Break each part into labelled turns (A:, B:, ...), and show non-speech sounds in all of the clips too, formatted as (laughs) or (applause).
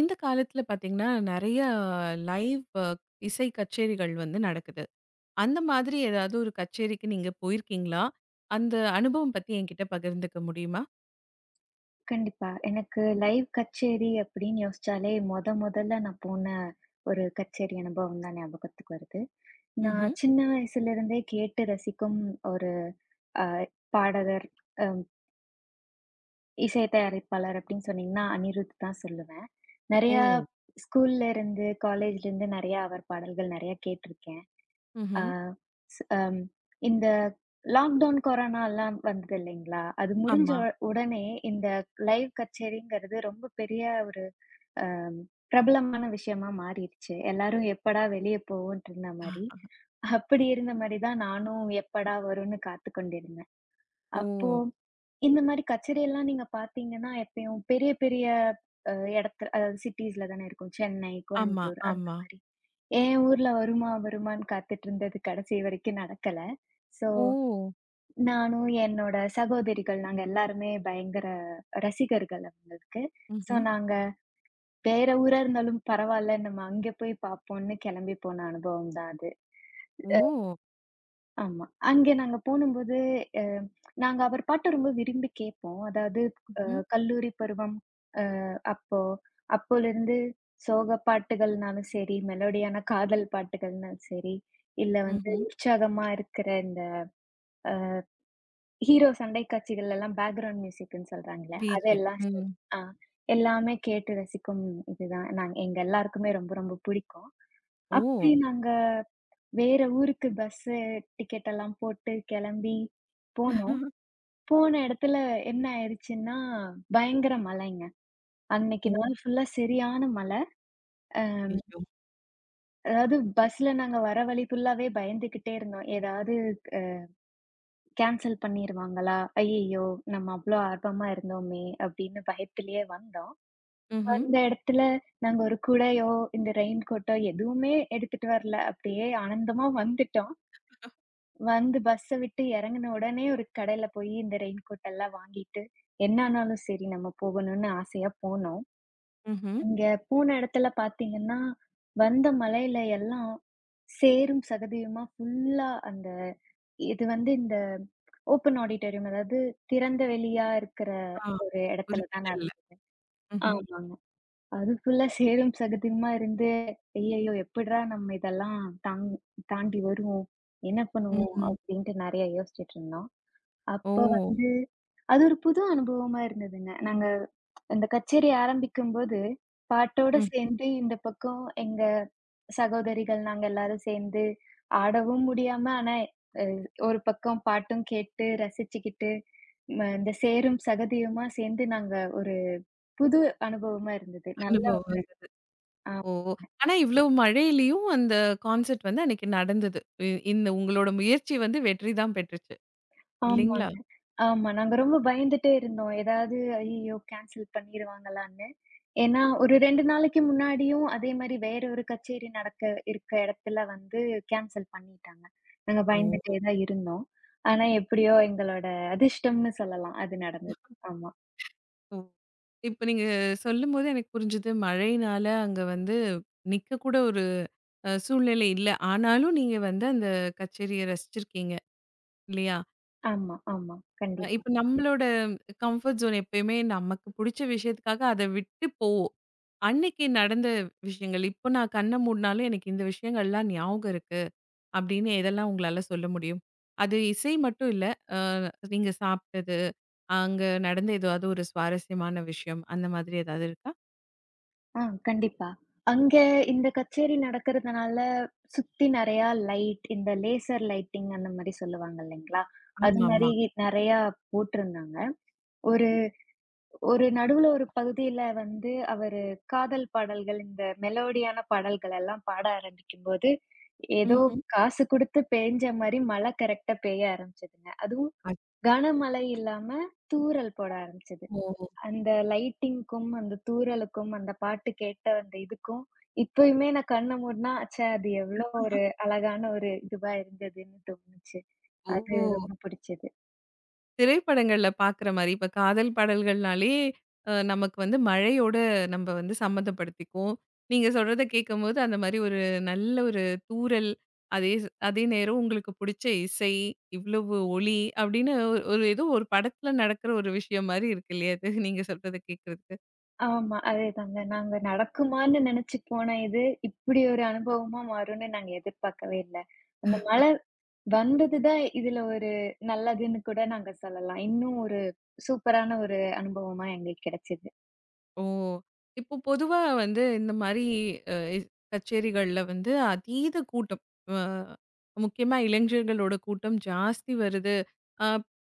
A: இந்த காலத்துல பாத்தீங்கன்னா, நெறைய லைவ் இசை கச்சேரிகள் வந்து நடக்குது. அந்த மாதிரி ஏதாவது ஒரு கச்சேரிக்கு நீங்க போயிருக்கீங்களா? அந்த அனுபவம் பத்தி என்கிட்ட பகிர்ந்துக்க முடியுமா?
B: கண்டிப்பா. எனக்கு லைவ் கச்சேரி அப்படின்னு யோசிச்சாலே, மொத மொதல்ல நான் போன ஒரு கச்சேரி அனுபவம் தான் ஞாபகத்துக்கு வருது. நான்
A: ம்ஹ்ம்.
B: சின்ன வயசுலருந்தே கேட்டு ரசிக்கும் ஒரு அ பாடகர், அம் இசை தயாரிப்பாளர் அப்படின்னு சொன்னீங்கன்னா, அனிருத் தான் சொல்லுவேன்.
A: ஓ!
B: நெறையா ஸ்கூல்ல இருந்து, காலேஜ்ல இருந்து நெறையா அவர் பாடல்கள் நெறையா கேட்டிருக்கேன். ஆ
A: ம்ஹ்ம்.
B: ஸ் அம் இந்த லாக்டவுன், கொரோனாலாம் வந்தது இல்லைங்களா? அது முடிஞ்ச
A: ஆமா.
B: உடனே இந்த லைவ் கச்சேரிங்கிறது ரொம்ப பெரிய ஒரு அம் பிரபலமான விஷயமா மாறிடுச்சு. எல்லாரும் எப்படா வெளிய போவோன்ட்டு இருந்த மாரி, அப்படி இருந்த மாரி தான் நானும் எப்படா வரும்ன்னு காத்துக் கொண்டிருந்தேன்.
A: ஓ!
B: அப்போ இந்த மாரி கச்சேரியெல்லாம் நீங்க பார்த்தீங்கன்னா, எப்பயும் பெரிய, பெரிய அ இடத்து அதாவது சிட்டீஸ்ல தானே இருக்கும். சென்னை,
A: ஆமா,
B: கோயம்புத்தூர் அந்த
A: ஆமா.
B: மாரி. என் ஊர்ல வருமா, வருமான்னு காத்துட்டு இருந்தது கடைசி வரைக்கும் நடக்கல. ஸோ,
A: ஓ!
B: நானும் என்னோட சகோதரிகள் நாங்க எல்லாருமே பயங்கர ரசிகர்கள் அவங்களுக்கு. ஸோ,
A: ம்ஹ்ம்.
B: நாங்க வேற ஊரா இருந்தாலும் பரவால்ல, நம்ம அங்க போய் பார்ப்போம்ன்னு கிளம்பி போன அனுபவம் தான் அது.
A: ஓ!
B: ஆமா. அங்கே நாங்க போனும்போது, அ நாங்க அவர் பாட்ட ரொம்ப விரும்பி கேட்போம். அதாவது அ
A: ம்ஹ்ம்.
B: கல்லூரி பருவம் அப்போ அப்போலிருந்து சோக பாட்டுகள்னாலும் சரி, மெலோடியான காதல் பாட்டுகள்னாலும் சரி, இல்ல வந்து
A: ம்ஹ்ம்.
B: உற்சாகமா இருக்கிற இந்த ஹீரோ சண்டை காட்சிகள் எல்லாம் பேக்கிரவுண்ட் மியூசிக்ன்னு சொல்றாங்கல்ல,
A: பிஜிஎம்.
B: அதெல்லாம் சே
A: ம்.
B: ஆ எல்லாமே கேட்டு ரசிக்கும் இதுதான். நாங்க எங்க எல்லாருக்குமே ரொம்ப ரொம்ப பிடிக்கும்.
A: ஓ!
B: அப்படி நாங்க வேற ஊருக்கு பஸ்ஸு டிக்கெட் எல்லாம் போட்டு கிளம்பி போனோம். போன இடத்துல என்ன ஆயிடுச்சுன்னா, பயங்கர மழைங்க. அன்னைக்கு
A: ஓ!
B: நாள் ஃபுல்லா சரியான மழை.
A: ஐயோ!
B: அதாவது பஸ்ல நாங்க வர வழி ஃபுல்லாவே பயந்துகிட்டே இருந்தோம். ஏதாவது அ கேன்சல் பண்ணிருவாங்களா? ஐயய்யோ! நம்ம அவ்ளோ ஆர்வமா இருந்தோமே! அப்படின்னு பயத்திலேயே வந்தோம்.
A: ம்ஹ்ம்.
B: வந்த இடத்துல நாங்க ஒரு குடையோ, இந்த ரெயின் கோட்டோ எதுவுமே எடுத்துட்டு வரல. அப்படியே ஆனந்தமா வந்துட்டோம். வந்து பஸ்ஸ விட்டு இறங்குன உடனே ஒரு கடையில போய் இந்த ரெயின் கோட் எல்லாம் வாங்கிட்டு, என்ன ஆனாலும் சரி நம்ம போகணும்னு ஆசையா போனோம்.
A: ம்ஹ்ம்.
B: அங்க போன இடத்துல பார்த்தீங்கன்னா, வந்த மழையில எல்லாம் சேரும் சகதியுமா ஃபுல்லா அந்த இது வந்து இந்த ஓப்பன் ஆடிட்டோரியம் அதாவது திறந்த வெளியா இருக்கிற
A: ஆ.
B: ஒரு
A: ஒரு
B: இடத்துல தான்
A: திடல்ல.
B: நடந்தது.
A: ம்ஹ்ம்.
B: ஆமாங்க. அது ஃபுல்லா சேரும் சகதியுமா இருந்து, ஐயய்யோ! எப்பிட்றா நம்ம இதெல்லாம் தாங் தாண்டி வருவோம்? என்ன பண்ணுவோம்?
A: ம்.
B: அப்பிடின்ட்டு நெறைய யோசிச்சுட்டு இருந்தோம்.
A: ஓ!
B: அப்ப வந்து அது ஒரு புது அனுபவமா இருந்ததுங்க. நாங்க அந்த கச்சேரி ஆரம்பிக்கும்போது, பாட்டோட
A: ம்ஹ்ம்.
B: சேர்ந்து இந்த பக்கம் எங்க சகோதரிகள் நாங்க எல்லாரும் சேர்ந்து ஆடவும் முடியாம, ஆனா அ ஒரு பக்கம் பாட்டும் கேட்டு ரசிச்சுக்கிட்டு, இந்த சேரும் சகதியுமா சேர்ந்து நாங்க ஒரு புது அனுபவமா இருந்தது. நல்ல
A: அனுபவம்.
B: ஆ
A: ஓ! ஆனா இவ்வளவு மழையிலயும் அந்த கான்செர்ட் வந்து அன்னைக்கு நடந்தது. இ இந்த உங்களோட முயற்சி வந்து வெற்றி தான் பெற்றுச்சு. இல்லைங்களா?
B: ஆமாங்க. ஆமா. நாங்க ரொம்ப பயந்துட்டே இருந்தோம். ஏதாவது ஐய்யயோ! கேன்சல் பண்ணிருவாங்களான்னு. ஏன்னா, ஒரு 2 நாளைக்கு முன்னாடியும் அதே மாரி வேற ஒரு கச்சேரி நடக்க இருக்க இடத்துல வந்து கேன்சல் பண்ணிட்டாங்க. நாங்க பயந்துட்டே
A: ஓ!
B: தான் இருந்தோம். ஆனா எப்படியோ எங்களோட அதிர்ஷ்டம்னு சொல்லலாம். அது நடந்தது. ஆமா,
A: ஓ! இப்ப நீங்க சொல்லும்போது எனக்கு புரிஞ்சது. மழையினால அங்க வந்து நிக்கக்கூட ஒரு சூழ்நிலை இல்ல. ஆனாலும் நீங்க வந்து அந்த கச்சேரிய ரசிச்சிருக்கீங்க. இல்லையா?
B: ஆமா, ஆமா. கண்டிப்பா.
A: இப்ப நம்மளோட கம்ஃபர்ட் ஜோன் எப்பயுமே நமக்கு புடிச்ச விஷயத்துக்காக அத விட்டு போவோம். அன்னைக்கு நடந்த விஷயங்கள், இப்போ நான் கண்ண மூடுனாலும் எனக்கு இந்த விஷயங்கள்லாம் ஞாபகம் இருக்கு. அப்படின்னு எதெல்லாம் உங்களால சொல்ல முடியும்? அது இசை மட்டும் இல்ல. அ நீங்க சாப்பிட்டது, அங்க நடந்த ஏதாவது ஒரு சுவாரஸ்யமான விஷயம், அந்த மாதிரி ஏதாவது இருக்கா?
B: ஆ, கண்டிப்பா. அங்க இந்த கச்சேரி நடக்கிறதுனால, சுத்தி நெறையா லைட், இந்த லேசர் லைட்டிங் அந்த மாரி சொல்லுவாங்க இல்லைங்களா? அது மாரி
A: ஆமாமா.
B: நெறையா போட்டிருந்தாங்க. ஒரு ஒரு நடுவுல ஒரு பகுதியில வந்து அவரு காதல் பாடல்கள், இந்த மெலோடியான பாடல்கள் எல்லாம் பாட ஆரம்பிக்கும்போது, ஏதோ
A: ம்ஹ்ம்.
B: காசு குடுத்து பேய்ஞ்ச மாரி மழை கரெக்ட்டா பெய்ய ஆரம்பிச்சதுங்க. அதுவும் கனமழை இல்லாம தூறல் போட ஆரம்பிச்சது.
A: அச்சோ!
B: அந்த லைட்டிங்க்கும், அந்த தூறலுக்கும், அந்த பாட்டு கேட்ட அந்த இதுக்கும், இப்பயுமே நான் கண்ண மூடுனா, ச்சே! அது எவ்ளோ ஒரு அழகான ஒரு இதுவா இருந்ததுன்னு தோணுச்சு. அது
A: ஓ!
B: ரொம்ப பிடிச்சது.
A: திரைப்படங்கள்ல பாக்குற மாரி, இப்ப காதல் பாடல்கள்னாலே, நமக்கு வந்து மழையோட நம்ம வந்து சம்மந்தப்படுத்திக்குவோம். நீங்க சொல்றத கேட்கும்போது, அந்த மாரி ஒரு நல்ல ஒரு தூறல், அதே நேரம் உங்களுக்கு புடிச்ச இசை, இவ்வளவு ஒலி அப்படின்னு ஒரு ஒரு ஏதோ ஒரு படத்துல நடக்கிற ஒரு விஷயம் மாரி இருக்கு இல்லையா? அது நீங்க சொல்றத கேட்கறது.
B: ஆமா. அதேதாங்க. நாங்க நடக்குமான்னு நெனச்சு போன இது, இப்டி ஒரு அனுபவமா மாறும்னு நாங்க எதிர்பார்க்கவே இல்ல. அந்த மழை வந்தது தான் இதுல ஒரு நல்லதுன்னு கூட நாங்க சொல்லலாம். இன்னும் ஒரு சூப்பரான ஒரு அனுபவமா எங்களுக்கு கிடைச்சது.
A: ஓ! இப்போ பொதுவா வந்து இந்த மாரி அ கச்சேரிகள்ல வந்து அதீத கூட்டம். அ முக்கியமா இளைஞர்களோட கூட்டம் ஜாஸ்தி வருது. அ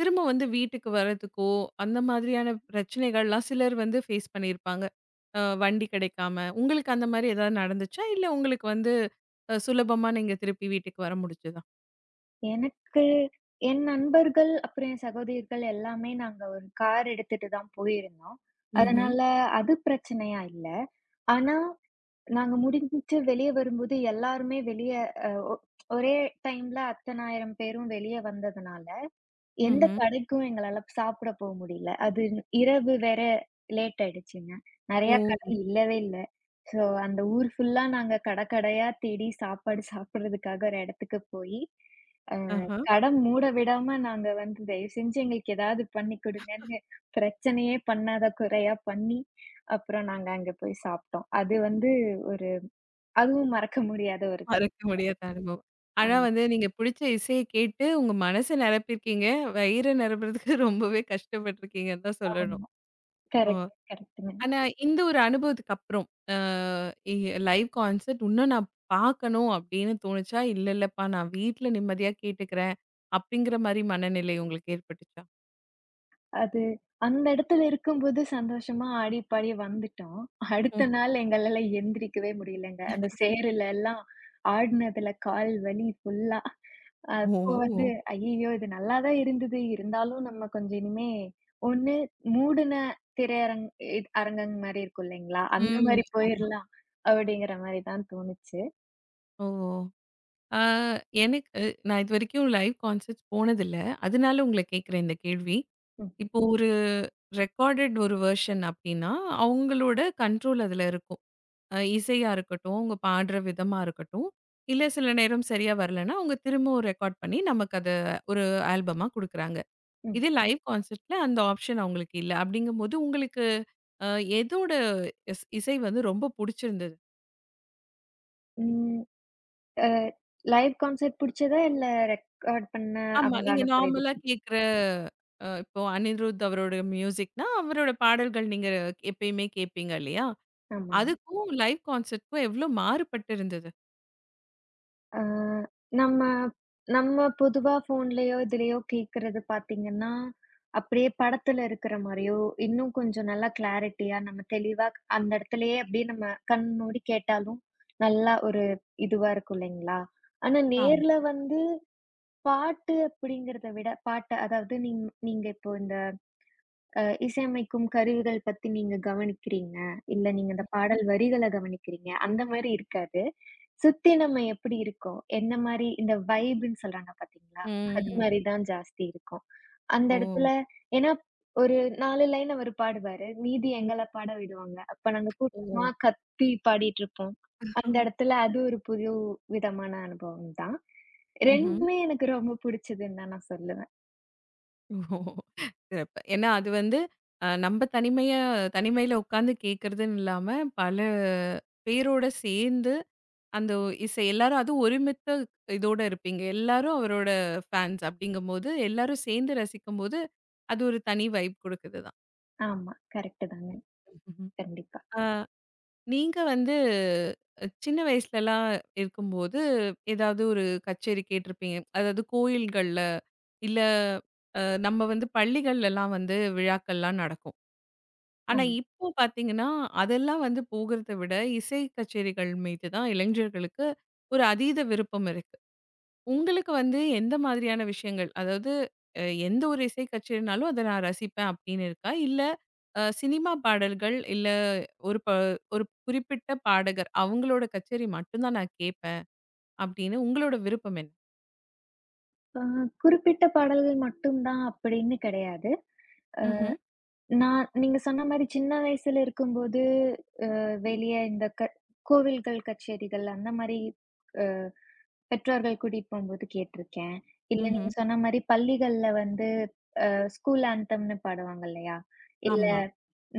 A: திரும்ப வந்து வீட்டுக்கு வர்றதுக்கோ, அந்த மாதிரியான பிரச்சனைகள்லாம் சிலர் வந்து ஃபேஸ் பண்ணியிருப்பாங்க. வண்டி கிடைக்காம. உங்களுக்கு அந்த மாரி ஏதாவது நடந்துச்சா? இல்ல உங்களுக்கு வந்து சுலபமா நீங்க திருப்பி வீட்டுக்கு வர முடிஞ்சதா?
B: எனக்கு என் நண்பர்கள், அப்புறம் என் சகோதரிகள் எல்லாமே நாங்க ஒரு கார் எடுத்துட்டு தான் போயிருந்தோம்.
A: ம்ஹ்ம்.
B: அதனால அது பிரச்சனையா இல்ல. ஆனா, நாங்க முடிஞ்சுட்டு வெளிய வரும்போது எல்லாருமே வெளிய அ ஒ ஒரே டைம்ல அத்தனாயிரம் பேரும் வெளிய வந்ததுனால, எந்த
A: ம்ஹ்ம்.
B: கடைக்கும் எங்களால சாப்பிட முடியல. அது இரவு வேற லேட் ஆயிடுச்சுங்க.
A: ஓ!
B: நெறையா கடை இல்லவே இல்ல. ஸோ அந்த ஊர் ஃபுல்லா நாங்க கட கடையா தேடி சாப்பாடு சாப்பிடுறதுக்காக ஒரு இடத்துக்கு போயி, அ
A: ஆஹ.
B: கடை மூட விடாம நாங்க வந்து தயவு செஞ்சு எங்களுக்கு ஏதாவது பண்ணி குடுங்கன்னு பிரச்சனையே பண்ணாத குறையா பண்ணி, அப்புறம் நாங்க அங்க போய் சாப்பிட்டோம். அது வந்து ஒரு அதுவும் மறக்க முடியாத ஒரு
A: மறக்க முடியாத அனுபவம். ஆனா
B: தருணம்.
A: வந்து நீங்க பிடிச்ச இசைய கேட்டு உங்க மனச நிரப்பியிருக்கீங்க. வயிற நிரப்புறதுக்கு (laughs) ரொம்பவே கஷ்டப்பட்டுருக்கீங்கன்னு தான் சொல்லணும்.
B: ஆமா.
A: ஓ!
B: கரெக்ட், கரெக்ட்டுங்க.
A: ஆனா இந்த ஒரு அனுபவத்துக்கு அப்புறம், அ இ லைவ் கான்சர்ட் இன்னும் நான் பார்க்கணும் அப்படின்னு தோணுச்சா? இல்ல இல்லப்பா நான் வீட்ல நிம்மதியா கேட்டுக்கிறேன் அப்படிங்கிற மாரி மனநிலை உங்களுக்கு ஏற்பட்டுச்சா?
B: அது அந்த இடத்துல இருக்கும்போது சந்தோஷமா ஆடி பாடி வந்துட்டோம். அடுத்த
A: ம்.
B: நாள் எங்களால எந்திரிக்கவே முடியலங்க. அந்த சேருல எல்லாம் ஆடுனதுல கால் வலி ஃபுல்லா. அப்போ வந்து
A: ஓ!
B: ஐயய்யோ! இது நல்லா தான் இருந்தது. இருந்தாலும் நம்ம கொஞ்சம் இனிமே ஒண்ணு மூடுன திரையரங் இ அரங்கம் மாரி இருக்கும் இல்லைங்களா? அந்த
A: ம்.
B: மாரி
A: ஆமா.
B: போயிரலாம் அப்படிங்கிற மாரி தான் தோணுச்சு.
A: ஓ! ஆ, எனக்கு நான் இதுவரைக்கும் லைவ் கான்சர்ட்ஸ் போனதில்ல. அதனால உங்கள கேட்கிறேன் இந்த கேள்வி.
B: ம்,
A: இப்போ ஒரு ரெக்கார்டட் ஒரு வெர்ஷன் அப்டின்னா, அவங்களோட கண்ட்ரோல் அதுல இருக்கும். இசையா இருக்கட்டும், அவங்க பாடுற விதமா இருக்கட்டும், இல்ல சில நேரம் சரியா வரலன்னா, அவங்க திரும்பவும் ரெக்கார்ட் பண்ணி நமக்கு அத ஒரு ஆல்பமா குடுக்குறாங்க.
B: ம்.
A: இதே லைவ் கான்சர்ட்ல அந்த ஆப்ஷன் அவங்களுக்கு இல்ல. அப்டிங்கும்போது உங்களுக்கு அ எதோட இசை வந்து ரொம்ப புடிச்சிருந்தது?
B: ம். அ லைவ் கான்சர்ட் புடிச்சதா? இல்ல ரெக்கார்ட் பண்ண
A: ஆமா.
B: அவங்க
A: நீங்க
B: அனுப்புற இது
A: நார்மலா கேட்கிற இப்போ அனிருத் அவரோட மியூசிக்னா, அவரோட பாடல்கள் நீங்க எப்பயுமே கேட்பீங்க இல்லையா?
B: ஆமா.
A: அதுக்கும் லைவ் கான்சர்ட்க்கும் எவ்ளோ மாறுபட்டு இருந்தது?
B: அ நம்ம நம்ம பொதுவா ஃபோன்லயோ, இதுலயோ கேட்கறது பார்த்தீங்கன்னா, அப்படியே படத்துல இருக்கிற மாரியோ, இன்னும் கொஞ்சம் நல்லா கிளாரிட்டியா நம்ம தெளிவா அந்த இடத்துலயே அப்படியே நம்ம கண் மூடி கேட்டாலும், நல்லா ஒரு இதுவா இருக்கும் இல்லைங்களா? ஆனா
A: ஆமா.
B: நேர்ல வந்து பாட்டு அப்படிங்கிறத விட பாட்டு அதாவது நீங்க இப்போ இந்த அ இசையமைக்கும் கருவிகள் பத்தி நீங்க கவனிக்கிறீங்க. இல்ல நீங்க இந்த பாடல் வரிகள கவனிக்கிறீங்க. அந்த மாரி இருக்காது. சுத்தி நம்ம எப்படி இருக்கோம்? என்ன மாரி இந்த வைப்ன்னு சொல்றாங்க பார்த்தீங்களா? அது
A: ம்.
B: மாரி தான் ஜாஸ்தி இருக்கும். அந்த
A: ஓ!
B: இடத்துல ஏன்னா ஒரு 4 லைன் அவரு பாடுவாரு. மீதி எங்கள பாட விடுவாங்க. அப்ப நாங்க கூட்டமா
A: ஓ!
B: கத்தி பாடிட்டு இருப்போம். அந்த இடத்துல அது ஒரு புது விதமான அனுபவம் தான்.
A: ம்ஹ்ம்.
B: 2மே எனக்கு ரொம்ப புடிச்சதுன்னு தான் நான் சொல்லுவேன்.
A: ஓ! சிறப்பு. ஏன்னா அது வந்து நம்ம தனிமையில உட்கார்ந்து கேட்கறதுன்னு இல்லாம, பல பேரோட சேர்ந்து அந்த இசை எல்லாரும் அதுவும் ஒருமித்த இதோட இருப்பீங்க. எல்லாரும் அவரோட ஃபேன்ஸ் அப்படிங்கும்போது, எல்லாரும் சேர்ந்து ரசிக்கும்போது, அது ஒரு தனி வைப் குடுக்குது தான்.
B: ஆமா. கரெக்ட்டு தாங்க.
A: ம்ஹ்ம்.
B: கண்டிப்பா.
A: ஆ நீங்க வந்து சின்ன வயசுலலாம் இருக்கும்போது, ஏதாவது ஒரு கச்சேரி கேட்டிருப்பீங்க. அதாவது கோயில்கள்ல, இல்ல நம்ம வந்து பள்ளிகள்லலாம் வந்து விழாக்கள்லாம் நடக்கும். ஆனா
B: ஆமா.
A: இப்போ பார்த்தீங்கன்னா, அதெல்லாம் வந்து போகுறத விட இசை கச்சேரிகள் மீது தான் இளைஞர்களுக்கு ஒரு அதீத விருப்பம் இருக்கு. உங்களுக்கு வந்து எந்த மாதிரியான விஷயங்கள்? அதாவது எந்த ஒரு இசை கச்சேரினாலும் அத நான் ரசிப்பேன் அப்படின்னு இருக்கா? இல்ல சினிமா பாடல்கள், இல்ல ஒரு ப ஒரு குறிப்பிட்ட பாடகர், அவங்களோட கச்சேரி மட்டும் தான் நான் கேட்பேன் அப்படின்னு உங்களோட விருப்பம் என்ன?
B: ஆ, குறிப்பிட்ட பாடல்கள் மட்டும் தான் அப்படின்னு கிடையாது.
A: ம்ஹ்ம்,
B: நான் நீங்க சொன்ன மாரி சின்ன வயசுல இருக்கும்போது, அ வெளிய இந்த கோவில்கள் கச்சேரிகள் அந்த மாரி அ பெற்றோர்கள் கூட்டிட்டு போம்போது கேட்டுருக்கேன். இல்ல
A: ம்ஹ்ம்.
B: நீங்க சொன்ன மாரி பள்ளிகள்ல வந்து ஸ்கூல் ஆந்தம்ன்னு பாடுவாங்க இல்லையா? இல்ல
A: ஆமா.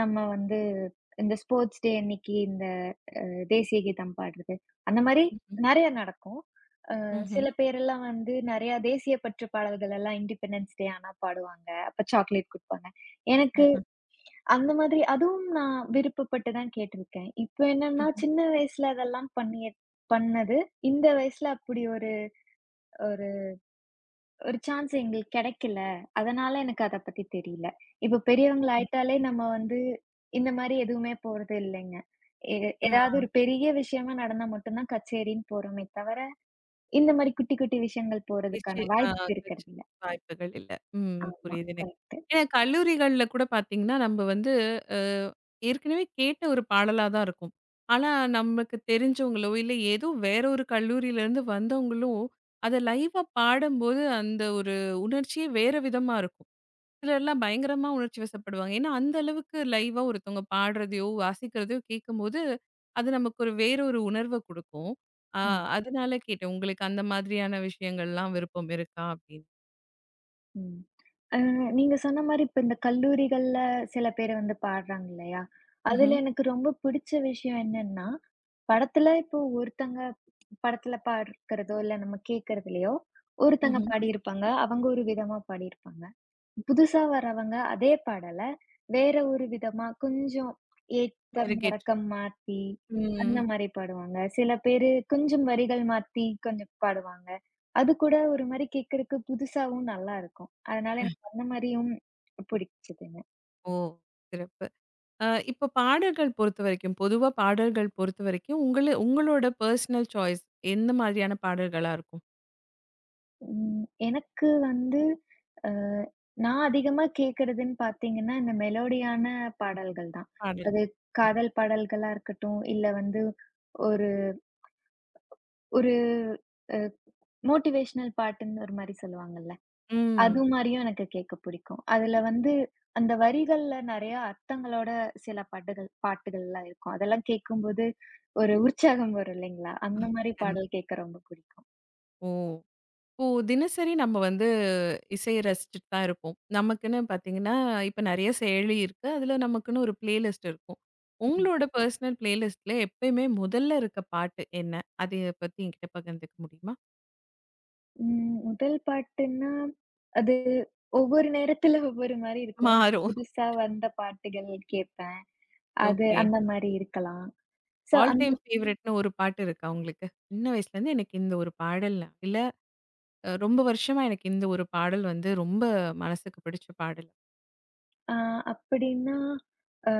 B: நம்ம வந்து இந்த ஸ்போர்ட்ஸ் டே அன்னைக்கு இந்த தேசிய கீதம் பாடுறது, அந்த மாரி
A: ம்ஹ்ம்,
B: நெறைய நடக்கும்.
A: ம்ஹ்ம்,
B: சில பேரெல்லாம் வந்து நெறைய தேசிய பற்று பாடல்கள் எல்லாம் இண்டிபெண்டன்ஸ் டே ஆனா பாடுவாங்க. அப்ப சாக்லேட் குடுப்பாங்க. எனக்கு அந்த மாதிரி அதுவும் நான் விருப்பப்பட்டு தான் கேட்டிருக்கேன். இப்ப என்னன்னா,
A: ம்ஹ்ம்.
B: சின்ன வயசுல அதெல்லாம் பண்ணது, இந்த வயசுல அப்படி ஒரு ஒரு ஒரு சான்ஸ் எங்களுக்கு கெடைக்கல. அதனால எனக்கு அத பத்தி தெரியல. இப்ப பெரியவங்கள ஆயிட்டாலே நம்ம வந்து இந்த மாரி எதுவுமே போறது இல்லைங்க. எ
A: ஆ.
B: ஏதாவது ஒரு பெரிய விஷயமா நடந்தா மட்டும் தான் கச்சேரின்னு போறோமே தவிர, இந்த மாரி குட்டி குட்டி விஷயங்கள்
A: நிச்சய
B: போறதுக்கான
A: ஆ
B: வாய்ப்பு
A: கட்ச்
B: இருக்கிறதில்ல.
A: வாய்ப்புகள் இல்ல. ம்.
B: ஆமா.
A: புரியுது எனக்கு.
B: கரெக்ட்டு.
A: ஏன்னா கல்லூரிகள்ல கூட பார்த்தீங்கன்னா, நம்ம வந்து அ ஏற்கனவே கேட்ட ஒரு பாடலா தான் இருக்கும். ஆனா நமக்கு தெரிஞ்சவங்களோ, இல்ல ஏதோ வேற ஒரு கல்லூரியிலருந்து வந்தவங்களோ, அத லைவா பாடும்போது அந்த ஒரு உணர்ச்சியே வேற விதமா இருக்கும். சிலர்லாம் பயங்கரமா உணர்ச்சி வசப்படுவாங்க. ஏன்னா, அந்த அளவுக்கு லைவா ஒருத்தவங்க பாடுறதையோ, வாசிக்கிறதையோ கேட்கும்போது, அது நமக்கு ஒரு வேற ஒரு உணர்வ குடுக்கும். ஆ
B: ம்.
A: அதனால கேட்டேன். உங்களுக்கு அந்த மாதிரியான விஷயங்கள்லாம் விருப்பம் இருக்கா? அப்படின்னு.
B: ம். அ நீங்க சொன்ன மாரி இப்ப இந்த கல்லூரிகள்ல சில பேர் வந்து பாடுறாங்க இல்லையா? அதுல
A: ம்ஹ்ம்,
B: எனக்கு ரொம்ப பிடிச்ச விஷயம் என்னன்னா, படத்துல இப்போ ஒருத்தங்க படத்துல பாடுறதோ, இல்ல நம்ம கேட்கறதுலயோ, ஒருத்தங்க
A: ம்ஹ்ம்.
B: பாடியிருப்பாங்க. அவங்க ஒரு விதமா பாடியிருப்பாங்க. புதுசா வரவங்க அதே பாடல வேற ஒரு விதமா கொஞ்சம் ஏத்தம்,
A: மெருகேற்றி.
B: இறக்கம் மாத்தி அந்த
A: ம்.
B: மாரி பாடுவாங்க. சில பேரு கொஞ்சம் வரிகள் மாத்தி கொஞ்சம் பாடுவாங்க. அது கூட ஒரு மாரி கேட்கறக்கு புதுசாவும் நல்லாருக்கும். அதனால எனக்கு அந்த மாரியும் பிடிச்சதுங்க.
A: ஓ! சிறப்பு. இப்ப பாடல்கள் பொறுத்தவரைக்கும், பொதுவா பாடல்கள் பொறுத்தவரைக்கும் உங்களோட பர்சனல் சாய்ஸ் எந்த மாதிரியான பாடல்களா இருக்கும்?
B: ம். எனக்கு வந்து அ நான் அதிகமா கேட்கறதுன்னு பார்த்தீங்கன்னா, இந்த மெலோடியான பாடல்கள் தான்.
A: பாடல்.
B: அது காதல் பாடல்களா இருக்கட்டும், இல்ல வந்து ஒரு ஒரு அ மோட்டிவேஷனல் பாட்டுன்னு ஒரு மாரி சொல்லுவாங்கல்ல. அது
A: ம்.
B: மாரியும் எனக்கு கேட்க பிடிக்கும். அதுல வந்து அந்த வரிகள்ல நெறைய அர்த்தங்களோட சில பாட்டுகள்லாம் இருக்கும். அதெல்லாம் கேட்கும்போது ஒரு உற்சாகம் வரும் இல்லைங்களா? அந்த மாரி
A: கண்டிப்பா.
B: பாடல் கேட்க ரொம்ப பிடிக்கும்.
A: ஓ! இப்போ தினசரி நம்ம வந்து இசைய ரசிச்சுட்டு தான் இருப்போம். நமக்குன்னு பார்த்தீங்கன்னா, இப்ப நெறைய செயலி இருக்கு. அதுல நமக்குன்னு ஒரு பிளேலிஸ்ட் இருக்கும். உங்களோட பெர்சனல் பிளேலிஸ்ட்ல எப்பயுமே முதல்ல இருக்க பாட்டு என்ன? அதைய பத்தி என்கிட்ட பகிர்ந்துக்க முடியுமா?
B: ம். முதல் பாட்டுன்னா, அது ஒவ்வொரு நேரத்துல ஒவ்வொரு மாரி இருக்கும். இப்போ
A: மாறும்.
B: புதுசா வந்த பாட்டுகள் கேட்பேன். அது
A: ஓகே.
B: அந்த மாரி இருக்கலாம். ஸோ
A: ஆல்
B: அந்
A: டைம் ஃபேவரைட்ன்னு ஒரு பாட்டு இருக்கா உங்களுக்கு? சின்ன வயசுலேருந்து எனக்கு இந்த ஒரு பாடல் இல்ல ரொம்ப வருஷமா எனக்கு இந்த ஒரு பாடல் வந்து ரொம்ப மனசுக்கு பிடிச்ச பாடல்.
B: அ அப்படின்னா, அ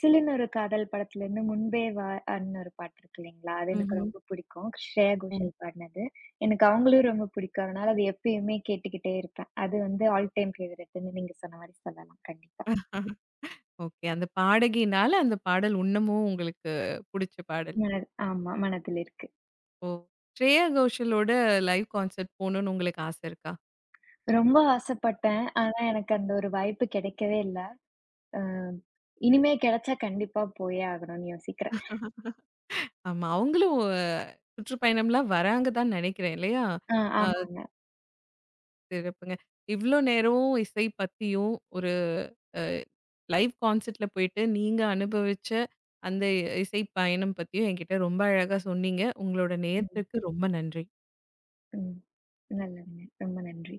B: "சிலிர்னொரு காதல்" படத்துலேருந்து "முன்பே வா" ன்னு ஒரு பாட்டு இருக்கு இல்லைங்களா? அது எனக்கு
A: ம்ஹ்ம்.
B: ரொம்ப பிடிக்கும். ஸ்ரேயா கோஷல் பாடுனது. எனக்கு அவங்களும் ரொம்ப பிடிக்கும். அதனால அது எப்பயுமே கேட்டுக்கிட்டே இருப்பேன். அது வந்து ஆல் டைம் ஃபேவரட்ன்னு நீங்க சொன்ன மாரி சொல்லலாம். கண்டிப்பா.
A: ஓகே. அந்த பாடகினால அந்த பாடல் இன்னமும் உங்களுக்கு புடிச்ச பாடல்.
B: மன ஆமா. மனதில் இருக்கு.
A: ஓ! ஸ்ரேயா கோஷலோட லைவ் கான்சர்ட் போணும்னு உங்களுக்கு ஆசை இருக்கா?
B: ரொம்ப ஆசைப்பட்டேன். ஆனா, எனக்கு அந்த ஒரு வாய்ப்பு கிடைக்கவே இல்ல. அ இனிமே கிடைச்சா கண்டிப்பா போயே ஆகணும்னு யோசிக்கிறேன்.
A: ஆமா. அவங்களும் சுற்றுப்பயணம்லாம் வராங்க தான் நெனைக்கிறேன் இல்லையா?
B: ஆ
A: ஆ ம்.
B: ஆமாங்க.
A: சிறப்புங்க. இவ்ளோ நேரமும் இசை பத்தியும், ஒரு அ லைவ் கான்சர்ட்ல போயிட்டு நீங்க அனுபவிச்ச அந்த இசை பயணம் பத்தியும் என்கிட்ட ரொம்ப அழகா சொன்னீங்க. உங்களோட
B: ம்,
A: நேரத்துக்கு ரொம்ப நன்றி.
B: ம். நல்லதுங்க. ரொம்ப நன்றி.